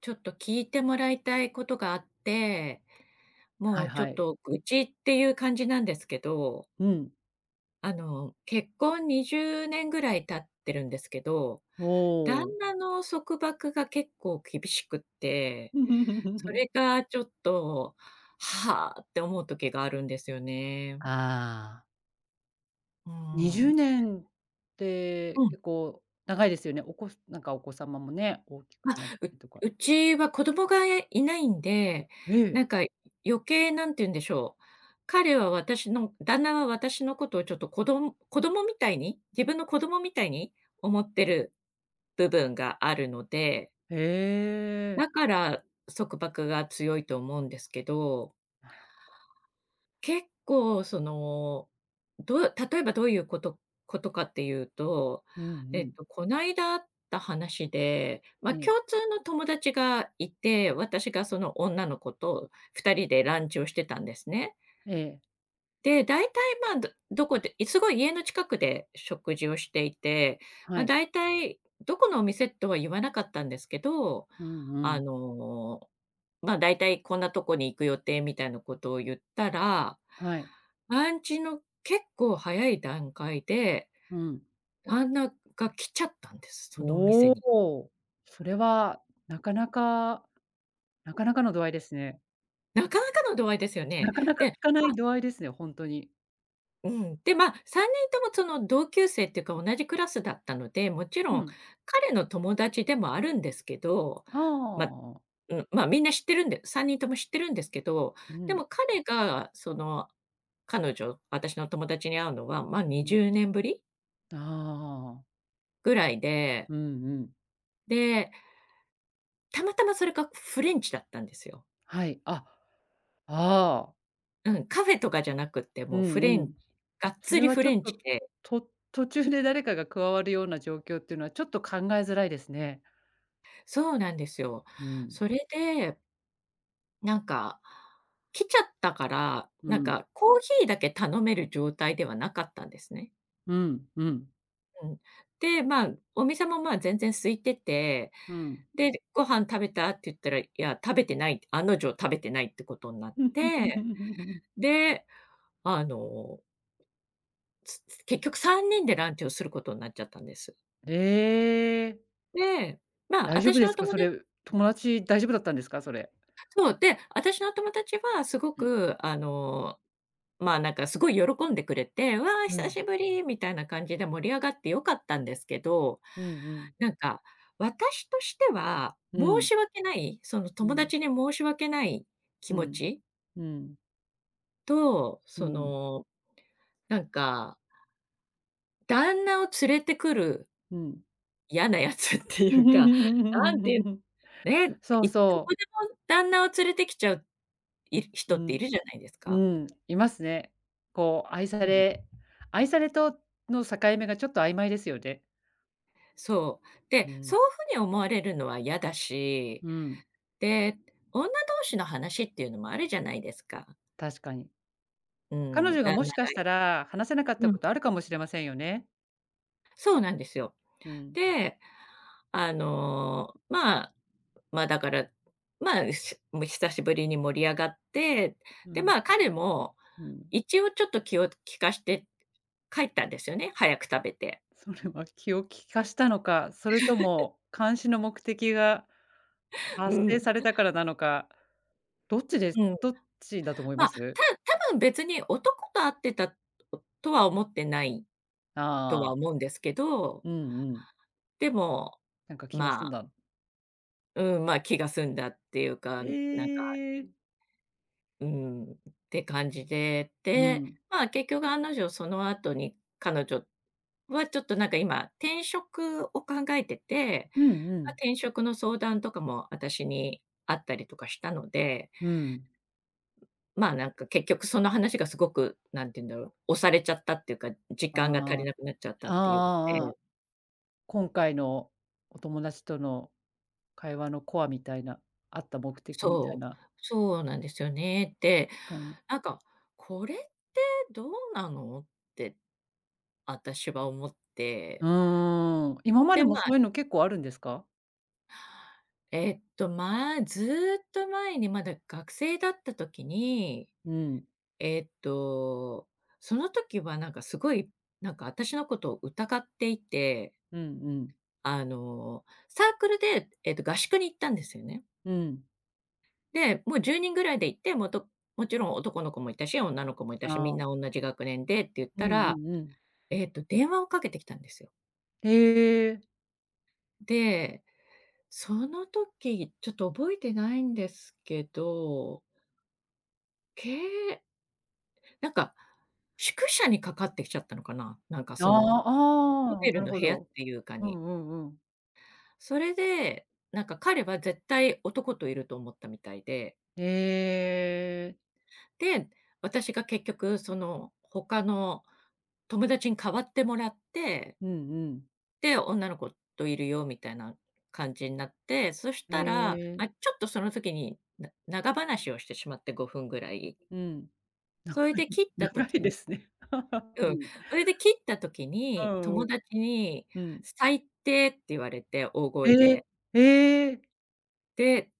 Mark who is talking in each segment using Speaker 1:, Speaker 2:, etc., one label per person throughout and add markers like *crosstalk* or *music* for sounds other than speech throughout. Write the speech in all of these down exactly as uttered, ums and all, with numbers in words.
Speaker 1: ちょっと聞いてもらいたいことがあって、も
Speaker 2: はい
Speaker 1: うちょ
Speaker 2: は
Speaker 1: っ
Speaker 2: い。
Speaker 1: と愚痴っていう感じなんですけど、
Speaker 2: うん。
Speaker 1: あの、結婚にじゅうねんぐらい経ってるんですけど、
Speaker 2: お
Speaker 1: 旦
Speaker 2: お。
Speaker 1: 那の束縛が結構厳しくって、そ
Speaker 2: *laughs*
Speaker 1: れがちょっと、はあって思う時があるんですよね。
Speaker 2: ああ。
Speaker 1: う
Speaker 2: 20
Speaker 1: ん。
Speaker 2: 年っ
Speaker 1: う
Speaker 2: て
Speaker 1: ん。
Speaker 2: 結構長いですよね。おこすなんかお子様もね、大きくなったりとか。
Speaker 1: ううちは子供がいないんで、
Speaker 2: え
Speaker 1: なん
Speaker 2: え。
Speaker 1: か余計なんて言うんでしょう、彼は私の旦那は私のことをちょっと、子ど子供みたいに、自分の子供みたいに思ってる部分があるので、
Speaker 2: へ
Speaker 1: だ
Speaker 2: え。
Speaker 1: から束縛が強いと思うんですけど。
Speaker 2: なるほ
Speaker 1: 結構その、どう例えばどういうことことかっていうと、
Speaker 2: ど。うんう
Speaker 1: えっ
Speaker 2: ん。
Speaker 1: と、こないだあった話で、ま、
Speaker 2: ええ、
Speaker 1: 共通の友達がいて、私がその女の子とふたりでランチをしてたんですね。
Speaker 2: ええ、
Speaker 1: で、大体、まあ、どどこで、いすごい家の近くで食事をしていて、ま
Speaker 2: は
Speaker 1: あ、
Speaker 2: い。
Speaker 1: 大体どこのお店とは言わなかったんですけど、
Speaker 2: うんう
Speaker 1: あ
Speaker 2: ん。
Speaker 1: の、まあ、大体こんなとこに行く予定みたいなことを言ったら、
Speaker 2: はい。
Speaker 1: アンチの結構早い段階で、
Speaker 2: うん。
Speaker 1: 旦那が来ちゃったんです、そのお店
Speaker 2: お
Speaker 1: に。
Speaker 2: お。それはなかなかなかなかの度合いですね。
Speaker 1: なかなかの度合いですよ
Speaker 2: な
Speaker 1: ね。
Speaker 2: かなか
Speaker 1: で、
Speaker 2: 聞かない度合いですね、本当に。
Speaker 1: うん。で、まあ、さんにんともその同級生っていうか同じクラスだったので、もちろ
Speaker 2: う
Speaker 1: ん
Speaker 2: ん。
Speaker 1: 彼の友達でもあるんですけど、
Speaker 2: あ
Speaker 1: まあ、
Speaker 2: あ。
Speaker 1: うん、ま、みんな知ってるんでさんにんとも知ってるんですけど、
Speaker 2: う
Speaker 1: で
Speaker 2: ん、
Speaker 1: も彼がその、彼女、私の友達に会うのは、ま、
Speaker 2: うん。
Speaker 1: にじゅうねんぶり
Speaker 2: ああ。
Speaker 1: ぐらいで、
Speaker 2: うんうん。
Speaker 1: で、たまたまそれがフレンチだったんですよ。
Speaker 2: はい。あ、ああ、
Speaker 1: うん、カフェとかじゃなくって
Speaker 2: う
Speaker 1: もうフ
Speaker 2: ん
Speaker 1: レ
Speaker 2: う
Speaker 1: ンチ、
Speaker 2: ん。
Speaker 1: がっ
Speaker 2: そ
Speaker 1: つ
Speaker 2: れ
Speaker 1: り
Speaker 2: は
Speaker 1: フ
Speaker 2: ちょ
Speaker 1: レ
Speaker 2: っ
Speaker 1: ンチ
Speaker 2: と、
Speaker 1: で、
Speaker 2: と途中で誰かが加わるような状況っていうのはちょっと考えづらいですね。
Speaker 1: そうなんですよ。
Speaker 2: うん、
Speaker 1: それでなんか、来ちゃったから、
Speaker 2: う
Speaker 1: なん
Speaker 2: ん、
Speaker 1: かコーヒーだけ頼める状態ではなかったんですね。
Speaker 2: うん、うん、
Speaker 1: うん。で、まあ、お店も、まあ、全然空いてて、
Speaker 2: うん。
Speaker 1: で、ご飯食べたって言ったら、いや、食べてない、案の定食べてないってことになって、
Speaker 2: *laughs*
Speaker 1: で、あの、つ結局さんにんでランチをすることになっちゃったんです。
Speaker 2: ええ、
Speaker 1: で、まあ、
Speaker 2: 大丈夫
Speaker 1: 私
Speaker 2: で
Speaker 1: の
Speaker 2: すか？
Speaker 1: 友
Speaker 2: そ
Speaker 1: 達
Speaker 2: れ、友達大丈夫だったんですか？それ。
Speaker 1: そう、で、私の友達はすご
Speaker 2: うん、
Speaker 1: く、あの、まあ、なんかすごい喜んでくれて、「わあ、
Speaker 2: う
Speaker 1: 久
Speaker 2: ん、
Speaker 1: しぶり」みたいな感じで盛り上がって良かったんですけど、
Speaker 2: うんうん、
Speaker 1: なんか、私としては
Speaker 2: う
Speaker 1: 申
Speaker 2: ん、
Speaker 1: し訳ない、その
Speaker 2: う
Speaker 1: 友
Speaker 2: ん、
Speaker 1: 達に申し訳ない気
Speaker 2: う
Speaker 1: 持
Speaker 2: ん、
Speaker 1: ち
Speaker 2: うん、
Speaker 1: と、
Speaker 2: う
Speaker 1: そ
Speaker 2: ん、
Speaker 1: の、なんか、旦那を連れてくる
Speaker 2: うん。
Speaker 1: 嫌なやつっていうか、なんていう
Speaker 2: *laughs*
Speaker 1: ね、
Speaker 2: そう
Speaker 1: いど
Speaker 2: そ
Speaker 1: こ
Speaker 2: う。
Speaker 1: でも旦那を連れてきちゃうい
Speaker 2: う
Speaker 1: 人ってい
Speaker 2: ん。
Speaker 1: るじゃないです
Speaker 2: う
Speaker 1: か。
Speaker 2: ん、いますね。こう愛さ
Speaker 1: うん、
Speaker 2: れ愛されとの境目がちょっと曖昧ですよね。
Speaker 1: そう。で、
Speaker 2: う
Speaker 1: そ
Speaker 2: ん、
Speaker 1: ういうふうに思われるのは嫌だし、
Speaker 2: うん、
Speaker 1: で、女同士の話っていうのもあるじゃないですか。
Speaker 2: 確かに。
Speaker 1: う
Speaker 2: 彼
Speaker 1: ん、
Speaker 2: 女が
Speaker 1: 旦
Speaker 2: も
Speaker 1: 那
Speaker 2: しかし
Speaker 1: が
Speaker 2: たら話せなかっ
Speaker 1: う
Speaker 2: た
Speaker 1: ん、
Speaker 2: ことあるかもしれませんよね。
Speaker 1: そうなんですよ。
Speaker 2: うん、
Speaker 1: で、あの、まあ、まあ、だから、まあ、しもう久しぶりに盛り上がって、
Speaker 2: う
Speaker 1: で、
Speaker 2: ん、
Speaker 1: まあ、彼も
Speaker 2: うん。
Speaker 1: 一応ちょっと気を利かして帰ったんですよね、早く食べて。
Speaker 2: それは気を利かしたのか、それとも監視の目的が
Speaker 1: う
Speaker 2: 達
Speaker 1: ん、
Speaker 2: 成されたからなのか、どっちです
Speaker 1: うん。
Speaker 2: どっちだと思い
Speaker 1: ま
Speaker 2: ま
Speaker 1: あ、
Speaker 2: す？
Speaker 1: た多分別に男と会ってたとは思ってないとは
Speaker 2: ああ、
Speaker 1: 思うんですけど、
Speaker 2: うんうん。
Speaker 1: でも、
Speaker 2: なんか気が済
Speaker 1: ま
Speaker 2: ん
Speaker 1: あ、
Speaker 2: だ。
Speaker 1: うん、まあ、気が済んだっていうか、
Speaker 2: え
Speaker 1: なんか、
Speaker 2: え。
Speaker 1: うん、って感じで、
Speaker 2: う
Speaker 1: で、
Speaker 2: ん。
Speaker 1: まあ、結局案の定その後に彼女はちょっとなんか今転職を考えてて、
Speaker 2: うんう
Speaker 1: ま、
Speaker 2: ん。
Speaker 1: 転職の相談とかも私にあったりとかしたので、
Speaker 2: うん。
Speaker 1: まあ、なんか結局その話がすごく、なんて言うんだろう、押されちゃったっていうか、時
Speaker 2: あ
Speaker 1: 間が足
Speaker 2: あ。
Speaker 1: りなくなっちゃった
Speaker 2: ああ
Speaker 1: っていう、
Speaker 2: あ
Speaker 1: う
Speaker 2: ああ
Speaker 1: ん、
Speaker 2: あ。今回のお友達との会話のコアみたいな、あった目的みたい
Speaker 1: そう、
Speaker 2: な
Speaker 1: そうなんですよね。で、
Speaker 2: かに
Speaker 1: なんか「これってどうなの？」って私は思っ
Speaker 2: う
Speaker 1: て、
Speaker 2: ーん、今ま
Speaker 1: で、
Speaker 2: でも
Speaker 1: まあ、
Speaker 2: そういうの結構あるんですか？
Speaker 1: えっと、まあ、ずーっと前にまだ学生だった時に、
Speaker 2: うん、
Speaker 1: えっと、その時はなんかすごい、なんか私のことを疑っていて、
Speaker 2: うんうん、
Speaker 1: あの、サークルで、えっと、合宿に行ったんですよね。
Speaker 2: うん。
Speaker 1: で、もうじゅうにんぐらいで行って、もともちろん男の子もいたし、女の子もいたし、
Speaker 2: あ
Speaker 1: みんな
Speaker 2: あ、
Speaker 1: 同じ学年でって言っ
Speaker 2: うん
Speaker 1: た
Speaker 2: う
Speaker 1: ら、
Speaker 2: んうん。
Speaker 1: えっと、電話をかけてきたんですよ。
Speaker 2: へえ、
Speaker 1: で、その時、ちょっと覚えてないんですけど、けなんか、宿舎にかかってきちゃったのかな、なんか
Speaker 2: あ
Speaker 1: その、ホ
Speaker 2: あ、ああ、
Speaker 1: テル
Speaker 2: なる
Speaker 1: の
Speaker 2: ほ
Speaker 1: 部屋っ
Speaker 2: ど。
Speaker 1: ていうか
Speaker 2: う
Speaker 1: に。
Speaker 2: んうんうん。
Speaker 1: それで、なんか彼は絶対男といると思ったみたいで
Speaker 2: へえ、
Speaker 1: で、私が結局その他の友達に代わってもらって、
Speaker 2: うんうん。
Speaker 1: で、女の子といるよみたいな感じになって、そし
Speaker 2: へ
Speaker 1: たら、
Speaker 2: え、
Speaker 1: ま、ちょっとその時に、な長話をしてしまってごふんぐらい。
Speaker 2: うん。な
Speaker 1: それで切った
Speaker 2: 長
Speaker 1: 時
Speaker 2: いで
Speaker 1: に
Speaker 2: すね。*laughs* う
Speaker 1: うん、
Speaker 2: ん。
Speaker 1: それで切った時
Speaker 2: う
Speaker 1: に、
Speaker 2: んう
Speaker 1: 友
Speaker 2: ん。
Speaker 1: 達に
Speaker 2: うん。
Speaker 1: 「最低」って言われて、大
Speaker 2: え
Speaker 1: 声
Speaker 2: え、
Speaker 1: で。
Speaker 2: ええ、
Speaker 1: で、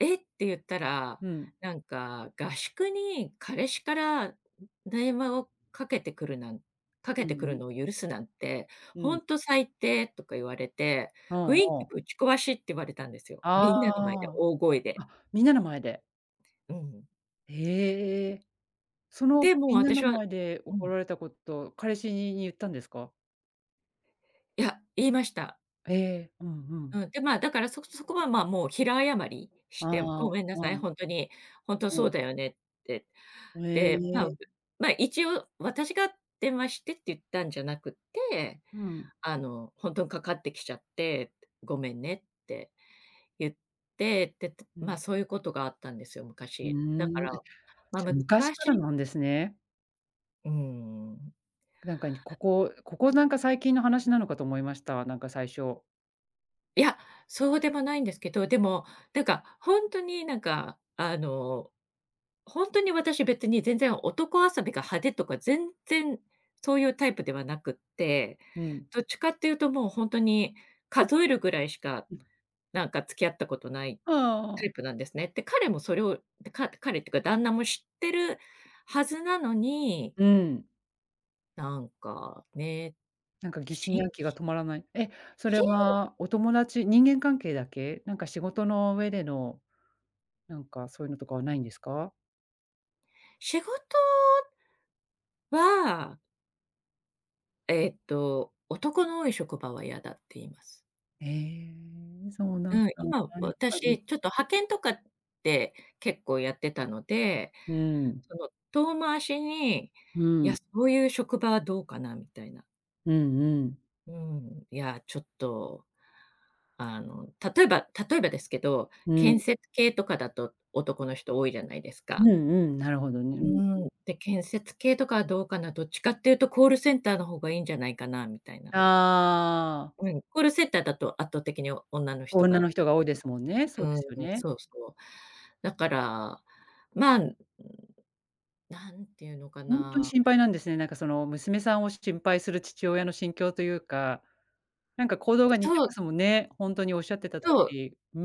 Speaker 1: 「え！」って言ったら、
Speaker 2: うん。
Speaker 1: なんか合宿に彼氏から電話をかけてくるなんか
Speaker 2: う
Speaker 1: け
Speaker 2: ん
Speaker 1: てく
Speaker 2: う
Speaker 1: る
Speaker 2: ん。
Speaker 1: のを許すなんて、
Speaker 2: う
Speaker 1: ほ
Speaker 2: ん。
Speaker 1: んと最低とか言われて、
Speaker 2: う
Speaker 1: 雰
Speaker 2: ん
Speaker 1: 囲気
Speaker 2: うん。
Speaker 1: ぶち壊しって言われたんですよ。
Speaker 2: あ
Speaker 1: みんなの前で
Speaker 2: あ。
Speaker 1: 大声で。
Speaker 2: あ、みんなの前で。
Speaker 1: うん。
Speaker 2: へえ。その
Speaker 1: で、もう
Speaker 2: みんな
Speaker 1: 私
Speaker 2: の
Speaker 1: は
Speaker 2: 前で
Speaker 1: う
Speaker 2: 怒
Speaker 1: ん、
Speaker 2: られたこと、彼氏にに言ったんですか？
Speaker 1: いや、言いました。
Speaker 2: ええ、うんうん。
Speaker 1: うん、で、まあ、だからそそこは、まあ、もう平謝りして、
Speaker 2: あ
Speaker 1: 「ご
Speaker 2: あ、
Speaker 1: めんなさ
Speaker 2: う
Speaker 1: い、
Speaker 2: ん
Speaker 1: ほんとに、ほんと
Speaker 2: う
Speaker 1: そう
Speaker 2: ん。
Speaker 1: だよね」って、
Speaker 2: え
Speaker 1: で、まあ、
Speaker 2: え、
Speaker 1: まあ、一応私が電話してって言ったんじゃなくて、
Speaker 2: うん、
Speaker 1: あの、本当にかかってきちゃって、ごめんねって言って、で、と
Speaker 2: う
Speaker 1: ま、
Speaker 2: ん。
Speaker 1: そういうことがあったんですよ、
Speaker 2: う
Speaker 1: 昔。だか
Speaker 2: ーん。
Speaker 1: ら、
Speaker 2: じ
Speaker 1: ま、
Speaker 2: ゃ、昔から
Speaker 1: 昔
Speaker 2: なんですね。
Speaker 1: うん、
Speaker 2: なんかにここここなんか最近の話なのかと思いました、なんか最初。
Speaker 1: いや、そうでもないんですけど、でも、なんか、本当になんか、あのほんとに私、別に全然男遊びが派手とか、全然そういうタイプではなくって、
Speaker 2: うん。
Speaker 1: どっちかっていうともうほんとに数えるぐらいしか、
Speaker 2: うん。
Speaker 1: なんか付き合ったことない
Speaker 2: あ
Speaker 1: タ
Speaker 2: あ。
Speaker 1: イプなんですね。で、彼もそれを、で、か彼っていうか旦那も知ってるはずなのに、
Speaker 2: うん。
Speaker 1: なんかね、
Speaker 2: なんか疑心
Speaker 1: しん
Speaker 2: 暗鬼が止まらない。え、それ
Speaker 1: しん
Speaker 2: はお友達人間関係だけ？なんか仕事の上での、なんかそういうのとかはないんですか？
Speaker 1: 仕事は、えっと、男の多い職場は嫌だって言います。
Speaker 2: ええ、そうなん
Speaker 1: うん、
Speaker 2: だな、
Speaker 1: 今
Speaker 2: やっぱり。
Speaker 1: 私ちょっと派遣とかって結構やってたので、
Speaker 2: うん。
Speaker 1: その遠回しに、
Speaker 2: う
Speaker 1: いや、
Speaker 2: ん。
Speaker 1: そういう職場はどうかなみたいな。
Speaker 2: うんうん。
Speaker 1: うん、いや、ちょっと、あの、例えば例えばですけど、
Speaker 2: う
Speaker 1: 建
Speaker 2: ん。
Speaker 1: 設系とかだと男の人多いじゃないです
Speaker 2: うん
Speaker 1: か。
Speaker 2: うん、なるほどね。う
Speaker 1: う
Speaker 2: ん。
Speaker 1: ん、で、建設系とかはどうかな、どっちかっていうとコールセンターの方がいいんじゃないかなみたいな。
Speaker 2: ああ、
Speaker 1: うん、コールセンターだと圧倒的に女の人
Speaker 2: 女
Speaker 1: が、
Speaker 2: の人が多いですもんね。そ
Speaker 1: う
Speaker 2: うで
Speaker 1: ん、
Speaker 2: すよね。
Speaker 1: そうそう。だから、まあなんていうのか
Speaker 2: ほんとに
Speaker 1: な、
Speaker 2: 心配なんですね。なんかその娘さんを心配する父親の心境というか、なんか行動が似て
Speaker 1: そ
Speaker 2: ま
Speaker 1: う、
Speaker 2: すもんね。ほんとにおっしゃってた通
Speaker 1: そう、
Speaker 2: り。うん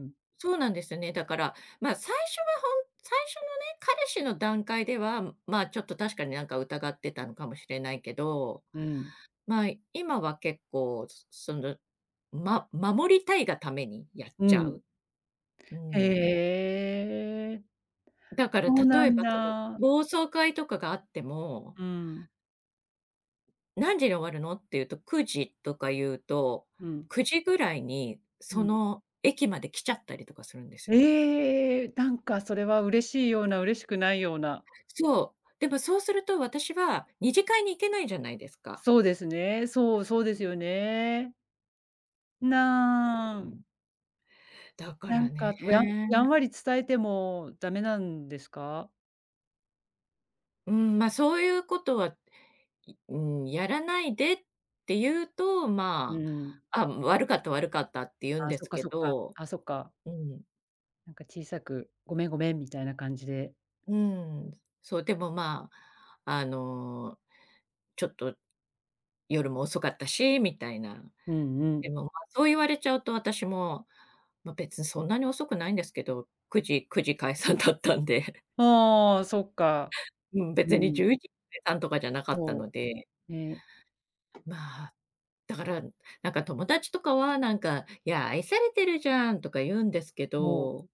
Speaker 2: うん。
Speaker 1: そうなんですよね。だから、まあ、最初はほん最初のね、彼氏の段階では、まあ、ちょっと確かになんか疑ってたのかもしれないけど、
Speaker 2: うん。
Speaker 1: まあ、今は結構、そその、ま守りたいがためにやっ
Speaker 2: う
Speaker 1: ちゃ
Speaker 2: ん。
Speaker 1: う。う
Speaker 2: へ
Speaker 1: ん。
Speaker 2: え。
Speaker 1: だから
Speaker 2: そう
Speaker 1: 例
Speaker 2: な
Speaker 1: え
Speaker 2: ん
Speaker 1: ばその、
Speaker 2: だ。
Speaker 1: 暴走会とかがあっても、
Speaker 2: うん、
Speaker 1: 「何時に終わるの？」っていうと、くじとか言うと、
Speaker 2: うん、
Speaker 1: くじぐらいに
Speaker 2: う
Speaker 1: そ
Speaker 2: ん。
Speaker 1: の駅まで来ちゃったりとかするんですよ。
Speaker 2: ええ、なんかそれは嬉しいような、嬉しくないような。
Speaker 1: そう。でもそうすると私は二次会に行けないじゃないですか。
Speaker 2: そうですね。そう、そうですよね。な
Speaker 1: う
Speaker 2: あ、
Speaker 1: ん。だか
Speaker 2: な
Speaker 1: ら
Speaker 2: ん
Speaker 1: ね、
Speaker 2: か、ややんわり伝えてもダメなんですか？
Speaker 1: うん、ま、そういうことは、いうん、やらないでって言うと、
Speaker 2: う
Speaker 1: ま
Speaker 2: ん。
Speaker 1: あ、あ、悪かった悪かったって言うん
Speaker 2: あ、
Speaker 1: で
Speaker 2: そっ
Speaker 1: す
Speaker 2: か
Speaker 1: け
Speaker 2: そっか。
Speaker 1: ど、
Speaker 2: あ、そっか。
Speaker 1: うん、
Speaker 2: なんか小さく、ごめんごめんみたいな感じで。
Speaker 1: うん、そう、でもまあ、あの、ちょっと夜も遅かったし、みたいな。
Speaker 2: うんう
Speaker 1: で
Speaker 2: ん。
Speaker 1: も、ま、そう言われちゃうと私も、まあ、別にそんなに遅くないんですけど、9時9時解散だったんで。
Speaker 2: ああ、そっか。
Speaker 1: うん、
Speaker 2: う
Speaker 1: 別に
Speaker 2: ん。
Speaker 1: じゅういちさんとかじゃなかった
Speaker 2: そ
Speaker 1: ので、
Speaker 2: う、ね、
Speaker 1: まあ、だから、なんか友達とかはなんか、「いや、愛されてるじゃん」とか言うんですけ
Speaker 2: そう。
Speaker 1: ど、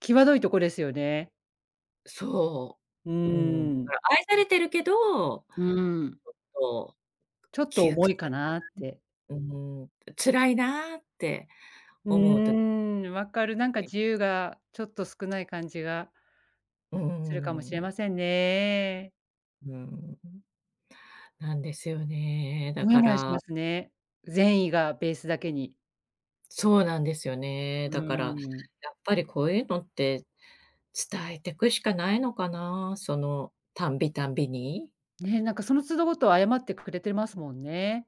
Speaker 2: 際どいとこですよね。
Speaker 1: そ
Speaker 2: うー
Speaker 1: う、うん、だか
Speaker 2: ん。
Speaker 1: ら愛されてるけど、
Speaker 2: うん、
Speaker 1: そ
Speaker 2: ちょ
Speaker 1: う、
Speaker 2: っと
Speaker 1: 窮
Speaker 2: 重
Speaker 1: 屈、
Speaker 2: いかなって。
Speaker 1: うん、辛いなって
Speaker 2: う
Speaker 1: 思う時、
Speaker 2: ーん、わかる。なんか自由がちょっと少ない感じが
Speaker 1: う
Speaker 2: するかもしれ
Speaker 1: ん、
Speaker 2: ませんね。
Speaker 1: うん、なんですよね。だ
Speaker 2: もや
Speaker 1: か
Speaker 2: もやしま
Speaker 1: ら
Speaker 2: すね。善意がベースだけに。
Speaker 1: そうなんですよね。
Speaker 2: う
Speaker 1: だから、
Speaker 2: ーん。
Speaker 1: やっぱりこういうのって伝えてくしかないのかな、その、たんびたんびに。
Speaker 2: ね、なんかその都度ごと謝ってくれてますもんね。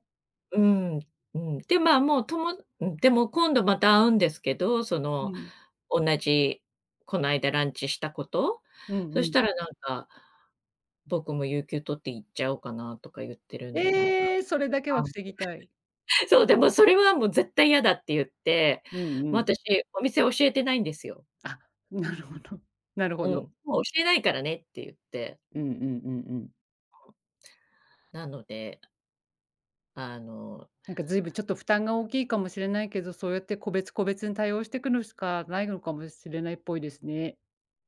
Speaker 1: うん、うん。で、まあ、もうともうん、でも今度また会うんですけど、そ
Speaker 2: う
Speaker 1: の、
Speaker 2: ん、
Speaker 1: 同じ、こないだランチしたこと、
Speaker 2: うんう
Speaker 1: そし
Speaker 2: ん。
Speaker 1: たらなんか、僕も有給取って行っちゃおうかなとか言ってるんで、なんか、
Speaker 2: ええ、それだけは
Speaker 1: あん
Speaker 2: 防ぎたい。
Speaker 1: *laughs* そう、でもそれはもう絶対嫌だって言って、
Speaker 2: うんう
Speaker 1: もう
Speaker 2: ん。
Speaker 1: 私、お店教えてないんですよ。
Speaker 2: あ、なるほど。なるほ
Speaker 1: うん、
Speaker 2: ど。
Speaker 1: もう教えないからねって言って。
Speaker 2: うんうんうんうん。
Speaker 1: なので、あの、
Speaker 2: なんかずいぶんちょっと負担が大きいかもしれないけど、そうやって個別個別に対応していくのしかないのかもしれないっぽいですね。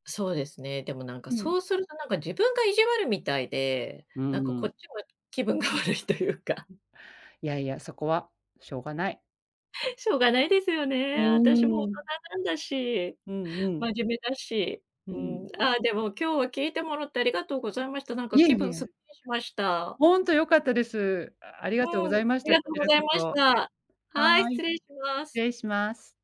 Speaker 1: そうですね、でもなんか
Speaker 2: うん。
Speaker 1: そうするとなんか自分が意地悪みたいで、
Speaker 2: う
Speaker 1: なんかこっ
Speaker 2: ん。
Speaker 1: ちも気分が *laughs* 悪いというか、
Speaker 2: いやいや、そこはしょうがない。
Speaker 1: *laughs* しょうがないですよ
Speaker 2: う
Speaker 1: ね。私も大
Speaker 2: ーん。
Speaker 1: 人なんだし、
Speaker 2: うんうん。
Speaker 1: 真面目だし。
Speaker 2: う
Speaker 1: うん、
Speaker 2: ん。
Speaker 1: あーでも今日は聞いてもらってありがとうございました。なんか
Speaker 2: いえ
Speaker 1: 気
Speaker 2: い
Speaker 1: 分
Speaker 2: え、
Speaker 1: すっきりしました。
Speaker 2: ほんと良かったです。ああり
Speaker 1: う
Speaker 2: がとうご
Speaker 1: ん、
Speaker 2: ざ
Speaker 1: あ
Speaker 2: いまし
Speaker 1: り
Speaker 2: た。
Speaker 1: が
Speaker 2: こ
Speaker 1: とう
Speaker 2: ち
Speaker 1: ご
Speaker 2: ら
Speaker 1: ざい
Speaker 2: こ
Speaker 1: ま
Speaker 2: そ。
Speaker 1: した。はい、
Speaker 2: はい、
Speaker 1: 失
Speaker 2: 失
Speaker 1: 礼します。
Speaker 2: 礼します。